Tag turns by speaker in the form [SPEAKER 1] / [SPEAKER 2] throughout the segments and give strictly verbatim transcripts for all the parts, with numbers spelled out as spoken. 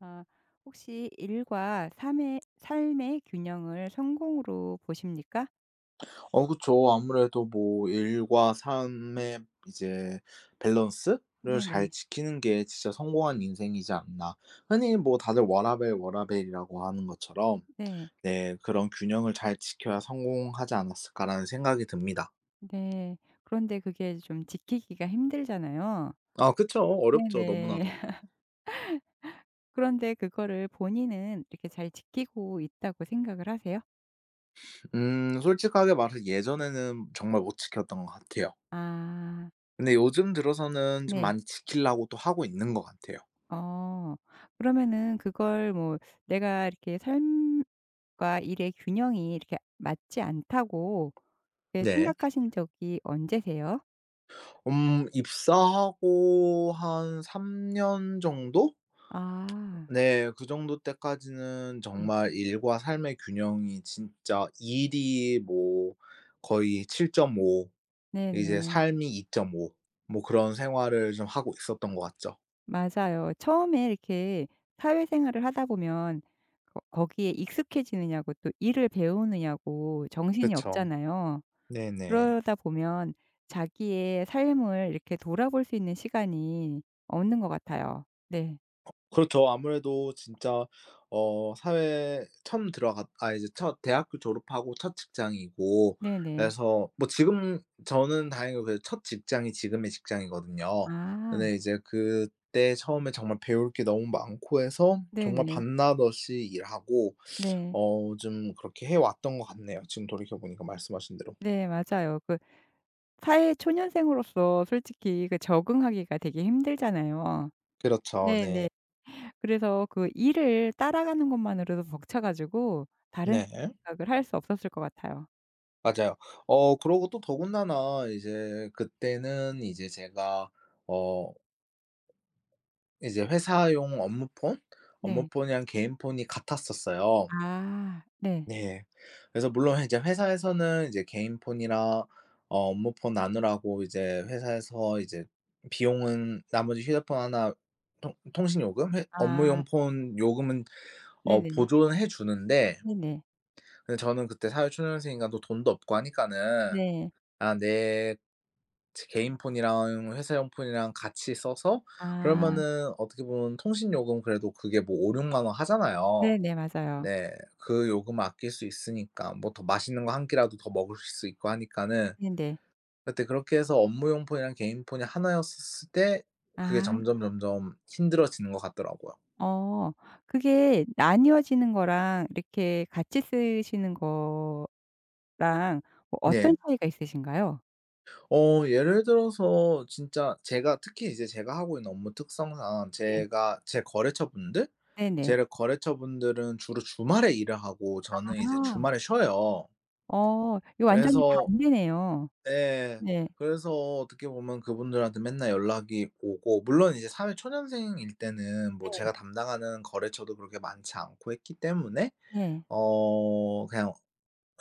[SPEAKER 1] 아, 혹시 일과 삶의, 삶의 균형을 성공으로 보십니까?
[SPEAKER 2] 어 그쵸. 아무래도 뭐 일과 삶의 이제 밸런스를 잘
[SPEAKER 1] 네네.
[SPEAKER 2] 지키는 게 진짜 성공한 인생이지 않나. 흔히 뭐 다들 워라밸, 워라밸이라고 하는 것처럼
[SPEAKER 1] 네,
[SPEAKER 2] 네 그런 균형을 잘 지켜야 성공하지 않았을까라는 생각이 듭니다.
[SPEAKER 1] 네. 그런데 그게 좀 지키기가 힘들잖아요.
[SPEAKER 2] 아 그쵸. 어렵죠
[SPEAKER 1] 네네.
[SPEAKER 2] 너무나도.
[SPEAKER 1] 그런데 그거를 본인은 이렇게 잘 지키고 있다고 생각을 하세요?
[SPEAKER 2] 음 솔직하게 말해서 예전에는 정말 못 지켰던 것 같아요.
[SPEAKER 1] 아,
[SPEAKER 2] 근데 요즘 들어서는 좀
[SPEAKER 1] 네.
[SPEAKER 2] 많이 지키려고 또 하고 있는 것 같아요.
[SPEAKER 1] 어, 그러면은 그걸 뭐 내가 이렇게 삶과 일의 균형이 이렇게 맞지 않다고 이렇게
[SPEAKER 2] 네.
[SPEAKER 1] 생각하신 적이 언제세요?
[SPEAKER 2] 음 입사하고 한 삼 년 정도?
[SPEAKER 1] 아,
[SPEAKER 2] 네. 그 정도 때까지는
[SPEAKER 1] 네.
[SPEAKER 2] 정말 일과 삶의 균형이 진짜 일이 뭐 거의 칠 점 오, 이제
[SPEAKER 1] 네네.
[SPEAKER 2] 삶이 이 점 오, 뭐 그런 생활을 좀 하고 있었던 것 같죠.
[SPEAKER 1] 맞아요. 처음에 이렇게 사회생활을 하다 보면 거 거기에 익숙해지느냐고 또 일을 배우느냐고 정신이
[SPEAKER 2] 그쵸.
[SPEAKER 1] 없잖아요.
[SPEAKER 2] 네네.
[SPEAKER 1] 그러다 보면 자기의 삶을 이렇게 돌아볼 수 있는 시간이 없는 것 같아요. 네.
[SPEAKER 2] 그렇죠. 아무래도 진짜 어 사회에 처음 들어갔 아 이제 첫 대학교 졸업하고 첫 직장이고,
[SPEAKER 1] 네네.
[SPEAKER 2] 그래서 뭐 지금 저는 다행히도 그래도 첫 직장이 지금의 직장이거든요.
[SPEAKER 1] 아
[SPEAKER 2] 근데 이제 그때 처음에 정말 배울 게 너무 많고 해서 정말
[SPEAKER 1] 네네.
[SPEAKER 2] 밤낮 없이 일하고
[SPEAKER 1] 네.
[SPEAKER 2] 어 좀 그렇게 해 왔던 것 같네요. 지금 돌이켜 보니까 말씀하신 대로.
[SPEAKER 1] 네 맞아요. 그 사회 초년생으로서 솔직히 그 적응하기가 되게 힘들잖아요.
[SPEAKER 2] 그렇죠. 네.
[SPEAKER 1] 네네. 그래서 그 일을 따라가는 것만으로도 벅차 가지고 다른
[SPEAKER 2] 네.
[SPEAKER 1] 생각을 할 수 없었을 것 같아요.
[SPEAKER 2] 맞아요. 어 그러고 또 더군다나 이제 그때는 이제 제가 어 이제 회사용 업무폰,
[SPEAKER 1] 네.
[SPEAKER 2] 업무폰이랑 개인폰이 같았었어요.
[SPEAKER 1] 아 네.
[SPEAKER 2] 네. 그래서 물론 이제 회사에서는 이제 개인폰이랑 어 업무폰 나누라고 이제 회사에서 이제 비용은 나머지 휴대폰 하나 통 통신 요금, 회
[SPEAKER 1] 아
[SPEAKER 2] 업무용 폰 요금은 어
[SPEAKER 1] 네네네.
[SPEAKER 2] 보존해 주는데,
[SPEAKER 1] 네네. 네.
[SPEAKER 2] 근데 저는 그때 사회초년생인가 또 돈도 없고 하니까는 '아 내 제 개인 폰이랑 회사용 폰이랑 같이 써서,
[SPEAKER 1] 아
[SPEAKER 2] 그러면은 어떻게 보면 통신 요금 그래도 그게 뭐 오에서 육만 원 하잖아요.
[SPEAKER 1] 네네. 맞아요.
[SPEAKER 2] 네. 그 요금을 아낄 수 있으니까 뭐 더 맛있는 거 한 끼라도 더 먹을 수 있고 하니까는
[SPEAKER 1] 네네.
[SPEAKER 2] 그때 그렇게 해서 업무용 폰이랑 개인 폰이 하나였을 때 그게
[SPEAKER 1] 아
[SPEAKER 2] 점점 점점 힘들어지는 것 같더라고요.
[SPEAKER 1] 어 그게 나뉘어지는 거랑 이렇게 같이 쓰시는 거랑 뭐
[SPEAKER 2] 네.
[SPEAKER 1] 어떤 차이가 있으신가요?
[SPEAKER 2] 어 예를 들어서 진짜 제가 특히 이제 제가 하고 있는 업무 특성상
[SPEAKER 1] 네.
[SPEAKER 2] 제가 제 거래처분들
[SPEAKER 1] 네네.
[SPEAKER 2] 제 거래처분들은 주로 주말에 일을 하고 저는
[SPEAKER 1] 아.
[SPEAKER 2] 이제 주말에 쉬어요.
[SPEAKER 1] 어 이거 완전히
[SPEAKER 2] 그래서,
[SPEAKER 1] 반대네요.
[SPEAKER 2] 예.
[SPEAKER 1] 네.
[SPEAKER 2] 그래서 어떻게 보면 그분들한테 맨날 연락이 오고, 물론 이제 사회 초년생일 때는 뭐
[SPEAKER 1] 네.
[SPEAKER 2] 제가 담당하는 거래처도 그렇게 많지 않고 했기 때문에
[SPEAKER 1] 네.
[SPEAKER 2] 어 그냥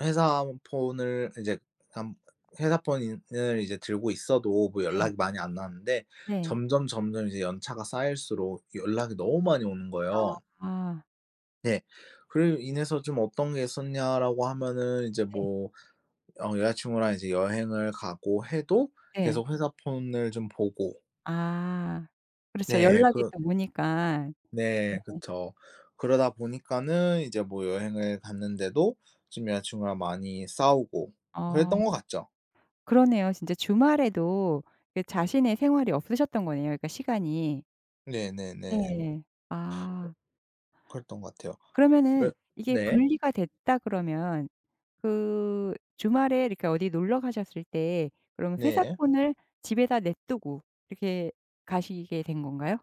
[SPEAKER 2] 회사 폰을 이제 한- 회사 폰을 이제 들고 있어도 뭐
[SPEAKER 1] 네.
[SPEAKER 2] 연락이 많이 안 나는데,
[SPEAKER 1] 네.
[SPEAKER 2] 점점 점점 이제 연차가 쌓일수록 연락이 너무 많이 오는 거예요.
[SPEAKER 1] 어. 아.
[SPEAKER 2] 네. 그로 인해서 좀 어떤 게 있었냐라고 하면은 이제
[SPEAKER 1] 네.
[SPEAKER 2] 뭐 어 여자친구랑 이제 여행을 가고 해도
[SPEAKER 1] 네.
[SPEAKER 2] 계속 회사 폰을 좀 보고.
[SPEAKER 1] 아. 그렇죠.
[SPEAKER 2] 네
[SPEAKER 1] 연락이
[SPEAKER 2] 그
[SPEAKER 1] 또 오니까.
[SPEAKER 2] 네
[SPEAKER 1] 네.
[SPEAKER 2] 그쵸. 그러다 보니까는 이제 뭐 여행을 갔는데도 좀 여자친구랑 많이 싸우고
[SPEAKER 1] 어
[SPEAKER 2] 그랬던 것 같죠.
[SPEAKER 1] 그러네요. 진짜 주말에도 그 자신의 생활이 없으셨던 거네요, 그러니까 시간이. 네.
[SPEAKER 2] 네네네.
[SPEAKER 1] 네. 아.
[SPEAKER 2] 그랬던 것 같아요. 왜.
[SPEAKER 1] 그러면은 이게
[SPEAKER 2] 네.
[SPEAKER 1] 분리가 됐다 그러면 그 주말에 이렇게 어디 놀러 가셨을 때 그럼 회사
[SPEAKER 2] 네.
[SPEAKER 1] 폰을 집에다 냅두고 이렇게 가시게 된 건가요?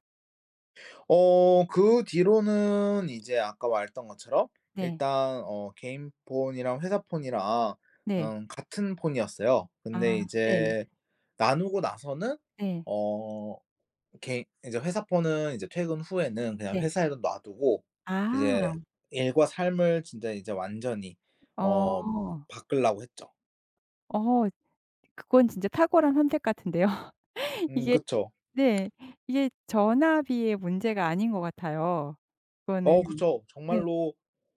[SPEAKER 2] 어 그 뒤로는 이제 아까 말했던 것처럼
[SPEAKER 1] 네.
[SPEAKER 2] 일단 어 개인 폰이랑 회사 폰이랑
[SPEAKER 1] 네.
[SPEAKER 2] 음 같은 폰이었어요. 근데
[SPEAKER 1] 아. 네.
[SPEAKER 2] 이제 나누고 나서는
[SPEAKER 1] 네.
[SPEAKER 2] 어 개인 이제 회사 폰은 이제 퇴근 후에는 그냥
[SPEAKER 1] 네.
[SPEAKER 2] 회사에도 놔 두고 이제
[SPEAKER 1] 아.
[SPEAKER 2] 일과 삶을 진짜 이제 완전히 어
[SPEAKER 1] 어.
[SPEAKER 2] 바꾸려고 했죠.
[SPEAKER 1] 어 그건 진짜 탁월한 선택 같은데요.
[SPEAKER 2] 음
[SPEAKER 1] 이게
[SPEAKER 2] 그쵸.
[SPEAKER 1] 네. 이게 전화비의 문제가 아닌 것 같아요.
[SPEAKER 2] 어
[SPEAKER 1] 그거는
[SPEAKER 2] 그쵸.
[SPEAKER 1] 네.
[SPEAKER 2] 정말로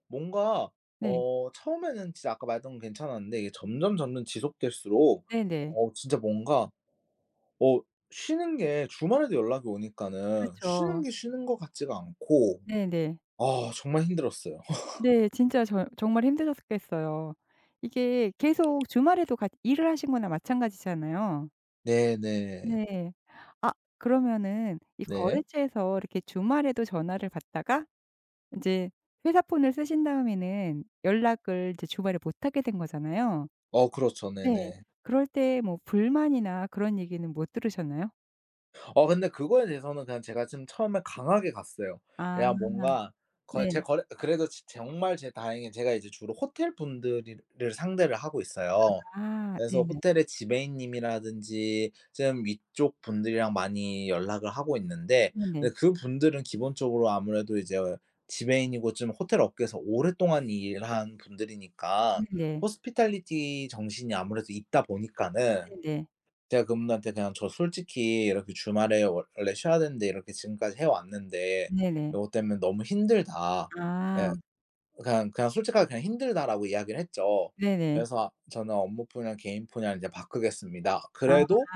[SPEAKER 2] 뭔가
[SPEAKER 1] 네.
[SPEAKER 2] 어 처음에는 진짜 아까 말했던 건 괜찮았는데 이게 점점 점점 지속될수록
[SPEAKER 1] 네네.
[SPEAKER 2] 어 진짜 뭔가 어 쉬는 게 주말에도 연락이 오니까는 쉬는
[SPEAKER 1] 그렇죠.
[SPEAKER 2] 게 쉬는 것 같지가 않고,
[SPEAKER 1] 네네. 네.
[SPEAKER 2] 아 정말 힘들었어요.
[SPEAKER 1] 네, 진짜 저 정말 힘드셨겠어요. 이게 계속 주말에도 같이 일을 하신 거나 마찬가지잖아요.
[SPEAKER 2] 네네.
[SPEAKER 1] 네. 아 그러면은 이
[SPEAKER 2] 네.
[SPEAKER 1] 거래처에서 이렇게 주말에도 전화를 받다가 이제 회사 폰을 쓰신 다음에는 연락을 이제 주말에 못 하게 된 거잖아요.
[SPEAKER 2] 어 그렇죠.
[SPEAKER 1] 네.
[SPEAKER 2] 네네.
[SPEAKER 1] 그럴 때 뭐 불만이나 그런 얘기는 못 들으셨나요?
[SPEAKER 2] 어 근데 그거에 대해서는 그냥 제가 좀 처음에 강하게 갔어요.
[SPEAKER 1] 아
[SPEAKER 2] 그냥 뭔가 거 제
[SPEAKER 1] 네.
[SPEAKER 2] 거래 그래도 지 정말 제 다행히 제가 이제 주로 호텔 분들이 를 상대를 하고 있어요.
[SPEAKER 1] 아
[SPEAKER 2] 그래서
[SPEAKER 1] 네네.
[SPEAKER 2] 호텔의 지배인님이라든지 좀 위쪽 분들이랑 많이 연락을 하고 있는데, 근데
[SPEAKER 1] 네네.
[SPEAKER 2] 그분들은 기본적으로 아무래도 이제 지배인이고 좀 호텔 업계에서 오랫동안 일한 분들이니까
[SPEAKER 1] 네네.
[SPEAKER 2] 호스피탈리티 정신이 아무래도 있다 보니까는
[SPEAKER 1] 네네.
[SPEAKER 2] 제가 그분한테 그냥 "저 솔직히 이렇게 주말에 원래 쉬어야 되는데 이렇게 지금까지 해 왔는데
[SPEAKER 1] 네네.
[SPEAKER 2] 요것 때문에 너무 힘들다." 예.
[SPEAKER 1] 아
[SPEAKER 2] 그냥 그냥 솔직하게 그냥 "힘들다."라고 이야기를 했죠.
[SPEAKER 1] 네네.
[SPEAKER 2] 그래서 "저는 업무분야, 개인분야를 이제 바꾸겠습니다.
[SPEAKER 1] 아
[SPEAKER 2] 그래도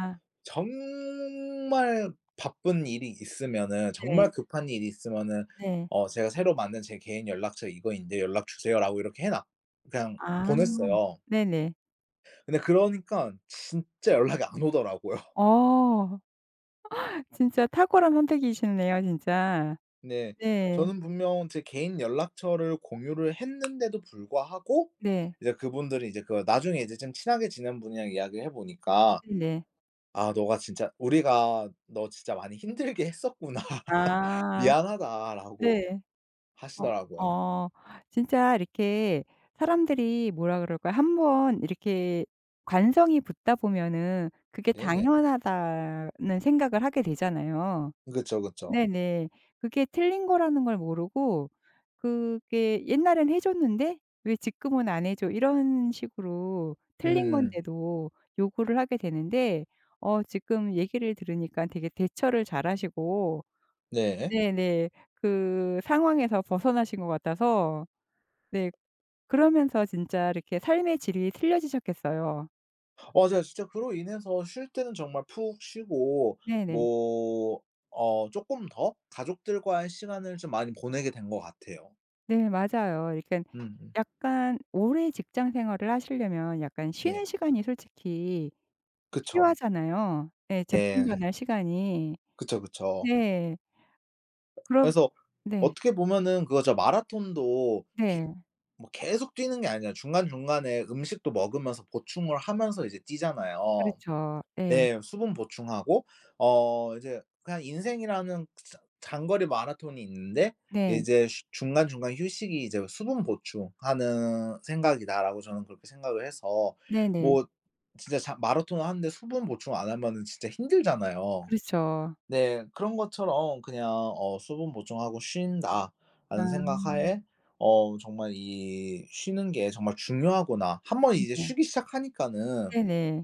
[SPEAKER 2] 정말 바쁜 일이 있으면은
[SPEAKER 1] 네.
[SPEAKER 2] 정말 급한 일이 있으면은
[SPEAKER 1] 네.
[SPEAKER 2] 어 제가 새로 만든 제 개인 연락처 이거인데 연락 주세요."라고 이렇게 해 놨, 그냥
[SPEAKER 1] 아
[SPEAKER 2] 보냈어요.
[SPEAKER 1] 네네.
[SPEAKER 2] 근데 그러니깐 진짜 연락이 안 오더라고요.
[SPEAKER 1] 어 진짜 탁월한 선택이시네요 진짜.
[SPEAKER 2] 네.
[SPEAKER 1] 네.
[SPEAKER 2] 저는 분명 제 개인 연락처를 공유를 했는데도 불구하고
[SPEAKER 1] 네.
[SPEAKER 2] 이제 그분들이 이제 그 나중에 이제 좀 친하게 지낸 분이랑 이야기를 해 보니까
[SPEAKER 1] 네네.
[SPEAKER 2] "아 너가 진짜 우리가 너 진짜 많이 힘들게 했었구나.
[SPEAKER 1] 아
[SPEAKER 2] 미안하다."라고
[SPEAKER 1] 네. 어.
[SPEAKER 2] 하시더라고요.
[SPEAKER 1] 어. 진짜 이렇게 사람들이 뭐라 그럴까요? 한번 이렇게 관성이 붙다 보면은 그게
[SPEAKER 2] 네네.
[SPEAKER 1] 당연하다는 생각을 하게 되잖아요.
[SPEAKER 2] 그쵸, 그쵸.
[SPEAKER 1] 네네. 그게 틀린 거라는 걸 모르고 그게 옛날엔 해 줬는데 '왜 지금은 안 해 줘?' 이런 식으로 틀린
[SPEAKER 2] 음음.
[SPEAKER 1] 건데도 요구를 하게 되는데 어 지금 얘기를 들으니까 되게 대처를 잘하시고
[SPEAKER 2] 네.
[SPEAKER 1] 네네. 그 상황에서 벗어나신 것 같아서 네 그러면서 진짜 이렇게 삶의 질이 틀려지셨겠어요.
[SPEAKER 2] 어 제가 진짜 그로 인해서 쉴 때는 정말 푹 쉬고
[SPEAKER 1] 네네.
[SPEAKER 2] 뭐 어 쪼끔 더 가족들과의 시간을 좀 많이 보내게 된 것 같아요.
[SPEAKER 1] 네 맞아요. 그러니깐
[SPEAKER 2] 음음.
[SPEAKER 1] 약간 오래 직장 생활을 하시려면 약간
[SPEAKER 2] 네.
[SPEAKER 1] 쉬는 시간이 솔직히
[SPEAKER 2] 그쵸.
[SPEAKER 1] 필요하잖아요. 예
[SPEAKER 2] 네.
[SPEAKER 1] 재충전할 시간이.
[SPEAKER 2] 그쵸, 그쵸.
[SPEAKER 1] 네. 그럼
[SPEAKER 2] 그래서
[SPEAKER 1] 네.
[SPEAKER 2] 어떻게 보면은 그거죠. 마라톤도 계
[SPEAKER 1] 네.
[SPEAKER 2] 뭐 계속 뛰는 게 아니라 중간중간에 음식도 먹으면서 보충을 하면서 이제 뛰잖아요.
[SPEAKER 1] 그렇죠. 예.
[SPEAKER 2] 네. 수분 보충하고 어 이제 그냥 인생이라는 자 장거리 마라톤이 있는데
[SPEAKER 1] 네.
[SPEAKER 2] 이제 쉬 중간중간 휴식이 이제 '수분 보충하는 생각이다.'라고 저는 그렇게 생각을 해서
[SPEAKER 1] 네네.
[SPEAKER 2] 뭐 진짜 자 마라톤을 하는데 수분 보충 안 하면은 진짜 힘들잖아요.
[SPEAKER 1] 그렇죠.
[SPEAKER 2] 네. 그런 것처럼 그냥 어 '수분 보충하고 쉰다.'라는
[SPEAKER 1] 아.
[SPEAKER 2] 생각하에 어 정말 이 쉬는 게 정말 중요하구나. 한번 이제
[SPEAKER 1] 네네.
[SPEAKER 2] 쉬기 시작하니까는
[SPEAKER 1] 네네.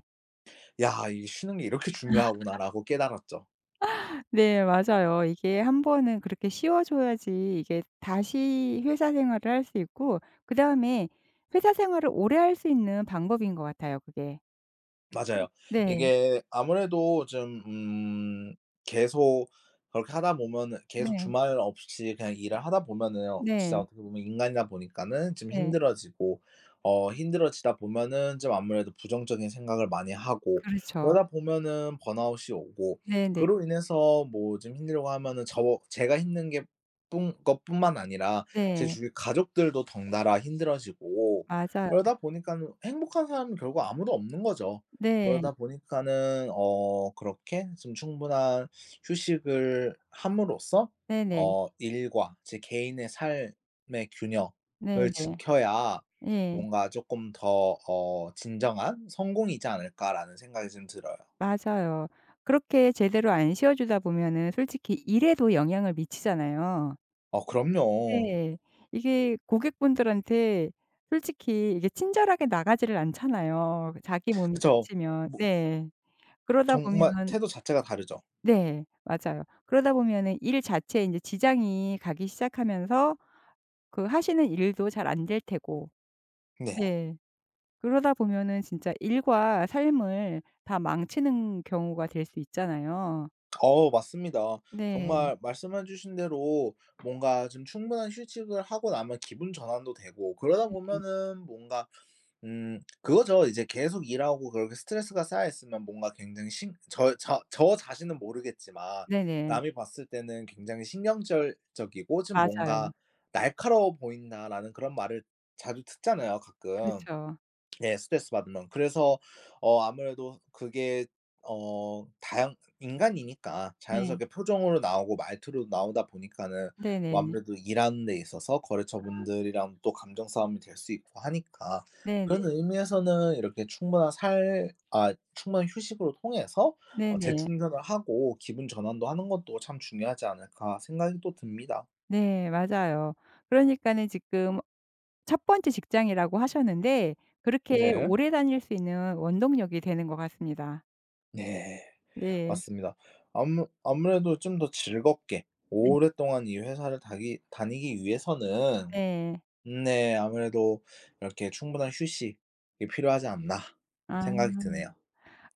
[SPEAKER 2] '야 이 쉬는 게 이렇게 중요하구나.'라고 깨달았죠.
[SPEAKER 1] 네 맞아요. 이게 한 번은 그렇게 쉬워 줘야지 이게 다시 회사 생활을 할 수 있고 그다음에 회사 생활을 오래 할 수 있는 방법인 것 같아요 그게.
[SPEAKER 2] 맞아요.
[SPEAKER 1] 네.
[SPEAKER 2] 이게 아무래도 좀 음 계속 그렇게 하다 보면은 계속
[SPEAKER 1] 네.
[SPEAKER 2] 주말 없이 그냥 일을 하다 보면은요. 진짜
[SPEAKER 1] 네.
[SPEAKER 2] 어떻게 보면 인간이다 보니까는 좀
[SPEAKER 1] 네.
[SPEAKER 2] 힘들어지고 어 힘들어지다 보면은 좀 아무래도 부정적인 생각을 많이 하고
[SPEAKER 1] 그렇죠.
[SPEAKER 2] 그러다 보면은 번아웃이 오고
[SPEAKER 1] 네네. 네.
[SPEAKER 2] 그로 인해서 뭐 좀 힘들고 하면은 저 제가 힘든 게 뿐 것뿐만 아니라 제
[SPEAKER 1] 네,
[SPEAKER 2] 주위 가족들도 덩달아 힘들어지고
[SPEAKER 1] 맞아요.
[SPEAKER 2] 그러다 보니까는 행복한 사람은 결국 아무도 없는 거죠.
[SPEAKER 1] 네.
[SPEAKER 2] 그러다 보니까는 어 그렇게 좀 충분한 휴식을 함으로써
[SPEAKER 1] 네네.
[SPEAKER 2] 어 일과 제 개인의 삶의 균형을
[SPEAKER 1] 네네.
[SPEAKER 2] 지켜야
[SPEAKER 1] 예.
[SPEAKER 2] 뭔가 조금 더 어 '진정한 성공이지 않을까.'라는 생각이 좀 들어요.
[SPEAKER 1] 맞아요. 그렇게 제대로 안 쉬어 주다 보면은 솔직히 일에도 영향을 미치잖아요.
[SPEAKER 2] 어 그럼요.
[SPEAKER 1] 네. 이게 고객분들한테 솔직히 이게 친절하게 나가지를 않잖아요, 그 자기 몸이
[SPEAKER 2] 그쵸.
[SPEAKER 1] 지치면.
[SPEAKER 2] 뭐
[SPEAKER 1] 네. 그러다
[SPEAKER 2] 정말
[SPEAKER 1] 보면
[SPEAKER 2] 태도 자체가 다르죠.
[SPEAKER 1] 네. 맞아요. 그러다 보면은 일 자체에 인제 지장이 가기 시작하면서 그 하시는 일도 잘 안 될 테고.
[SPEAKER 2] 네.
[SPEAKER 1] 네. 그러다 보면은 진짜 일과 삶을 다 망치는 경우가 될 수 있잖아요.
[SPEAKER 2] 어 맞습니다.
[SPEAKER 1] 네.
[SPEAKER 2] 정말 말씀해 주신 대로 뭔가 좀 충분한 휴식을 하고 나면 기분 전환도 되고 그러다
[SPEAKER 1] 네.
[SPEAKER 2] 보면은 뭔가 음 그거죠. 이제 계속 일하고 그렇게 스트레스가 쌓여 있으면 뭔가 굉장히 신 저 저 저 자신은 모르겠지만
[SPEAKER 1] 네네.
[SPEAKER 2] 남이 봤을 때는 굉장히 신경절적이고 좀
[SPEAKER 1] 맞아요.
[SPEAKER 2] 뭔가 '날카로워 보인다.'라는 그런 말을 자주 듣잖아요 가끔.
[SPEAKER 1] 그렇죠.
[SPEAKER 2] 예 스트레스 받으면, 그래서 어 아무래도 그게 어 다양 인간이니까
[SPEAKER 1] 네.
[SPEAKER 2] 자연스럽게 표정으로 나오고 말투로 나오다 보니까는 뭐
[SPEAKER 1] 네네.
[SPEAKER 2] 아무래도 일하는 데 있어서 거래처분들이랑 또 감정 싸움이 될 수 있고 하니까
[SPEAKER 1] 네네.
[SPEAKER 2] 그런 의미에서는 이렇게 충분한 살 아 충분한 휴식으로 통해서 어
[SPEAKER 1] 네네.
[SPEAKER 2] 재충전을 하고 기분 전환도 하는 것도 참 중요하지 않을까 생각이 또 듭니다.
[SPEAKER 1] 네 맞아요. 그러니까는 지금 첫 번째 직장이라고 하셨는데 그렇게
[SPEAKER 2] 네.
[SPEAKER 1] 오래 다닐 수 있는 원동력이 되는 것 같습니다.
[SPEAKER 2] 네.
[SPEAKER 1] 네.
[SPEAKER 2] 맞습니다. 아무 아무래도 좀 더 즐겁게
[SPEAKER 1] 네
[SPEAKER 2] 오랫동안 이 회사를 다기 다니기 위해서는
[SPEAKER 1] 네.
[SPEAKER 2] 네 아무래도 이렇게 '충분한 휴식이 필요하지 않나.' 생각이
[SPEAKER 1] 아
[SPEAKER 2] 드네요.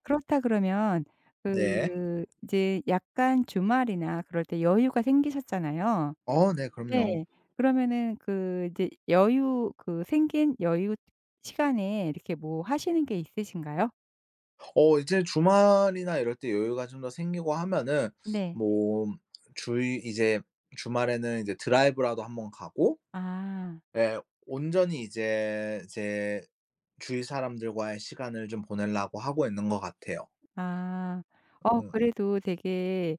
[SPEAKER 1] 그렇다 그러면
[SPEAKER 2] 네.
[SPEAKER 1] 그 이제 약간 주말이나 그럴 때 여유가 생기셨잖아요.
[SPEAKER 2] 어 네 그럼요.
[SPEAKER 1] 네. 그러면은 그 이제 여유 그 생긴 여유 시간에 이렇게 뭐 하시는 게 있으신가요?
[SPEAKER 2] 어 이제 주말이나 이럴 때 여유가 좀 더 생기고 하면은
[SPEAKER 1] 네.
[SPEAKER 2] 뭐 주위 이제 주말에는 이제 드라이브라도 한번 가고
[SPEAKER 1] 아.
[SPEAKER 2] 예 온전히 이제 제 주위 사람들과의 시간을 좀 보내려고 하고 있는 것 같아요.
[SPEAKER 1] 아. 어
[SPEAKER 2] 음.
[SPEAKER 1] 그래도 되게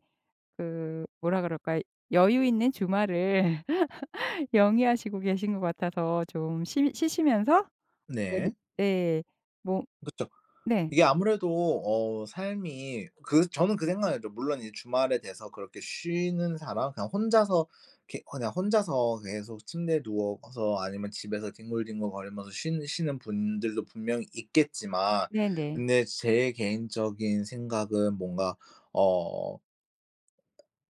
[SPEAKER 1] 그 뭐라 그럴까요? 여유 있는 주말을 영위하시고 계신 것 같아서 좀 쉬 쉬시면서 그 이제
[SPEAKER 2] 네.
[SPEAKER 1] 네. 뭐
[SPEAKER 2] 그쵸.
[SPEAKER 1] 네.
[SPEAKER 2] 이게 아무래도 어 삶이 그 저는 그 생각을 해요. 물론 이제 주말에 돼서 그렇게 쉬는 사람 그냥 혼자서 이렇게 그냥 혼자서 계속 침대에 누워서 아니면 집에서 뒹굴뒹굴거리면서 쉬는 쉬는 분들도 분명히 있겠지만
[SPEAKER 1] 네네.
[SPEAKER 2] 근데 제 개인적인 생각은 뭔가 어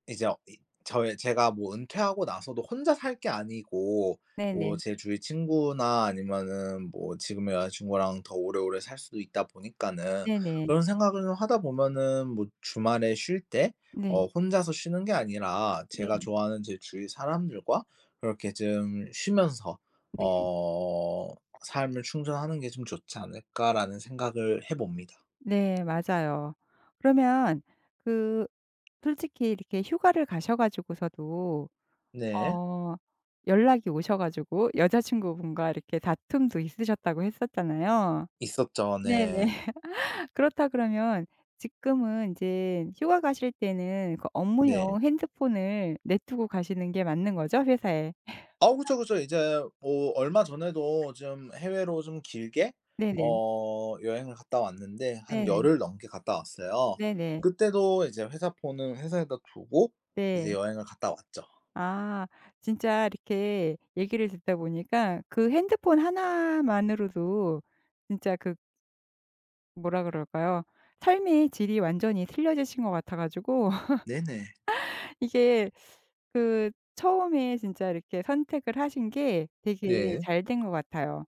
[SPEAKER 2] 이제 어 이 저의 제가 뭐 은퇴하고 나서도 혼자 살 게 아니고 뭐
[SPEAKER 1] 네네.
[SPEAKER 2] 제 주위 친구나 아니면은 뭐 지금의 여자 친구랑 더 오래오래 살 수도 있다 보니까는
[SPEAKER 1] 네 네.
[SPEAKER 2] 그런 생각을 하다 보면은 뭐 주말에 쉴 때
[SPEAKER 1] 네. 네.
[SPEAKER 2] 어 혼자서 쉬는 게 아니라
[SPEAKER 1] 네.
[SPEAKER 2] 제가
[SPEAKER 1] 네.
[SPEAKER 2] 좋아하는 제 주위 사람들과 그렇게 좀 쉬면서
[SPEAKER 1] 네,
[SPEAKER 2] 어 '삶을 충전하는 게 좀 좋지 않을까.'라는 생각을 해 봅니다.
[SPEAKER 1] 네, 네, 맞아요. 그러면 그 솔직히 이렇게 휴가를 가셔 가지고서도
[SPEAKER 2] 네.
[SPEAKER 1] 어 연락이 오셔 가지고 여자친구분과 이렇게 다툼도 있으셨다고 했었잖아요.
[SPEAKER 2] 있었죠.
[SPEAKER 1] 네네.
[SPEAKER 2] 네.
[SPEAKER 1] 그렇다 그러면 지금은 이제 휴가 가실 때는 그
[SPEAKER 2] 네.
[SPEAKER 1] 업무용 핸드폰을 내 두고 가시는 게 맞는 거죠? 회사에.
[SPEAKER 2] 아 그쵸, 그쵸. 이제 뭐 얼마 전에도 좀 해외로 좀 길게
[SPEAKER 1] 네네.
[SPEAKER 2] 어 여행을 갔다 왔는데 한
[SPEAKER 1] 네네.
[SPEAKER 2] 열흘 넘게 갔다 왔어요.
[SPEAKER 1] 네네.
[SPEAKER 2] 그때도 이제 회사 폰은 회사에다 두고 이제
[SPEAKER 1] 네.
[SPEAKER 2] 여행을 갔다 왔죠.
[SPEAKER 1] 아 진짜 이렇게 얘기를 듣다 보니까 그 핸드폰 하나만으로도 진짜 그 뭐라 그럴까요? 삶의 질이 완전히 틀려지신 것 같아 가지고
[SPEAKER 2] 네네.
[SPEAKER 1] 이게 그 처음에 진짜 이렇게 선택을 하신 게 되게
[SPEAKER 2] 네.
[SPEAKER 1] 잘 된 것 같아요.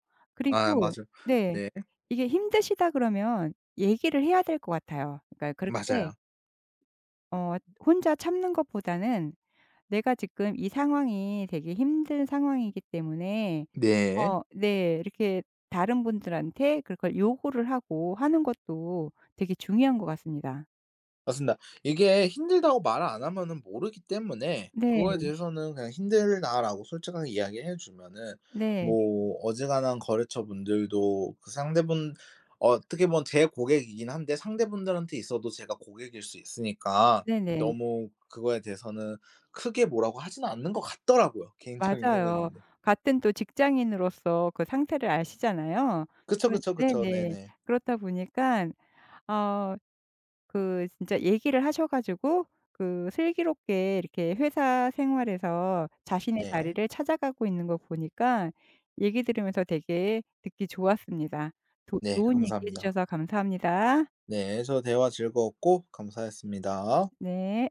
[SPEAKER 2] 아
[SPEAKER 1] 그리고
[SPEAKER 2] 맞아요.
[SPEAKER 1] 네.
[SPEAKER 2] 네.
[SPEAKER 1] 이게 힘드시다 그러면 얘기를 해야 될 것 같아요. 그러니까 그렇게
[SPEAKER 2] 맞아요.
[SPEAKER 1] 어 혼자 참는 것보다는 "내가 지금 이 상황이 되게 힘든 상황이기 때문에"
[SPEAKER 2] 네.
[SPEAKER 1] 어 네. 이렇게 다른 분들한테 그걸 요구를 하고 하는 것도 되게 중요한 것 같습니다.
[SPEAKER 2] 맞습니다. 이게 힘들다고 말을 안 하면은 모르기 때문에 그거에
[SPEAKER 1] 네.
[SPEAKER 2] 대해서는 그냥 "힘들다."라고 솔직하게 이야기해 주면은
[SPEAKER 1] 네.
[SPEAKER 2] 뭐 어지간한 거래처 분들도 그 상대분 어떻게 보면 제 고객이긴 한데 상대분들한테 있어도 제가 고객일 수 있으니까
[SPEAKER 1] 네네.
[SPEAKER 2] 너무 그거에 대해서는 크게 뭐라고 하지는 않는 것 같더라고요. 개인적인
[SPEAKER 1] 맞아요.
[SPEAKER 2] 생각인데.
[SPEAKER 1] 같은 또 직장인으로서 그 상태를 아시잖아요.
[SPEAKER 2] 그쵸,
[SPEAKER 1] 그런
[SPEAKER 2] 그쵸, 그쵸.
[SPEAKER 1] 네네.
[SPEAKER 2] 네네.
[SPEAKER 1] 그렇다 보니까 어 그 진짜 얘기를 하셔 가지고 그 슬기롭게 이렇게 회사 생활에서 자신의
[SPEAKER 2] 네.
[SPEAKER 1] 자리를 찾아가고 있는 거 보니까 얘기 들으면서 되게 듣기 좋았습니다. 도
[SPEAKER 2] 네
[SPEAKER 1] 좋은 얘기 해
[SPEAKER 2] 감사합니다.
[SPEAKER 1] 주셔서 감사합니다.
[SPEAKER 2] 네. 저도 대화 즐거웠고 감사했습니다.
[SPEAKER 1] 네.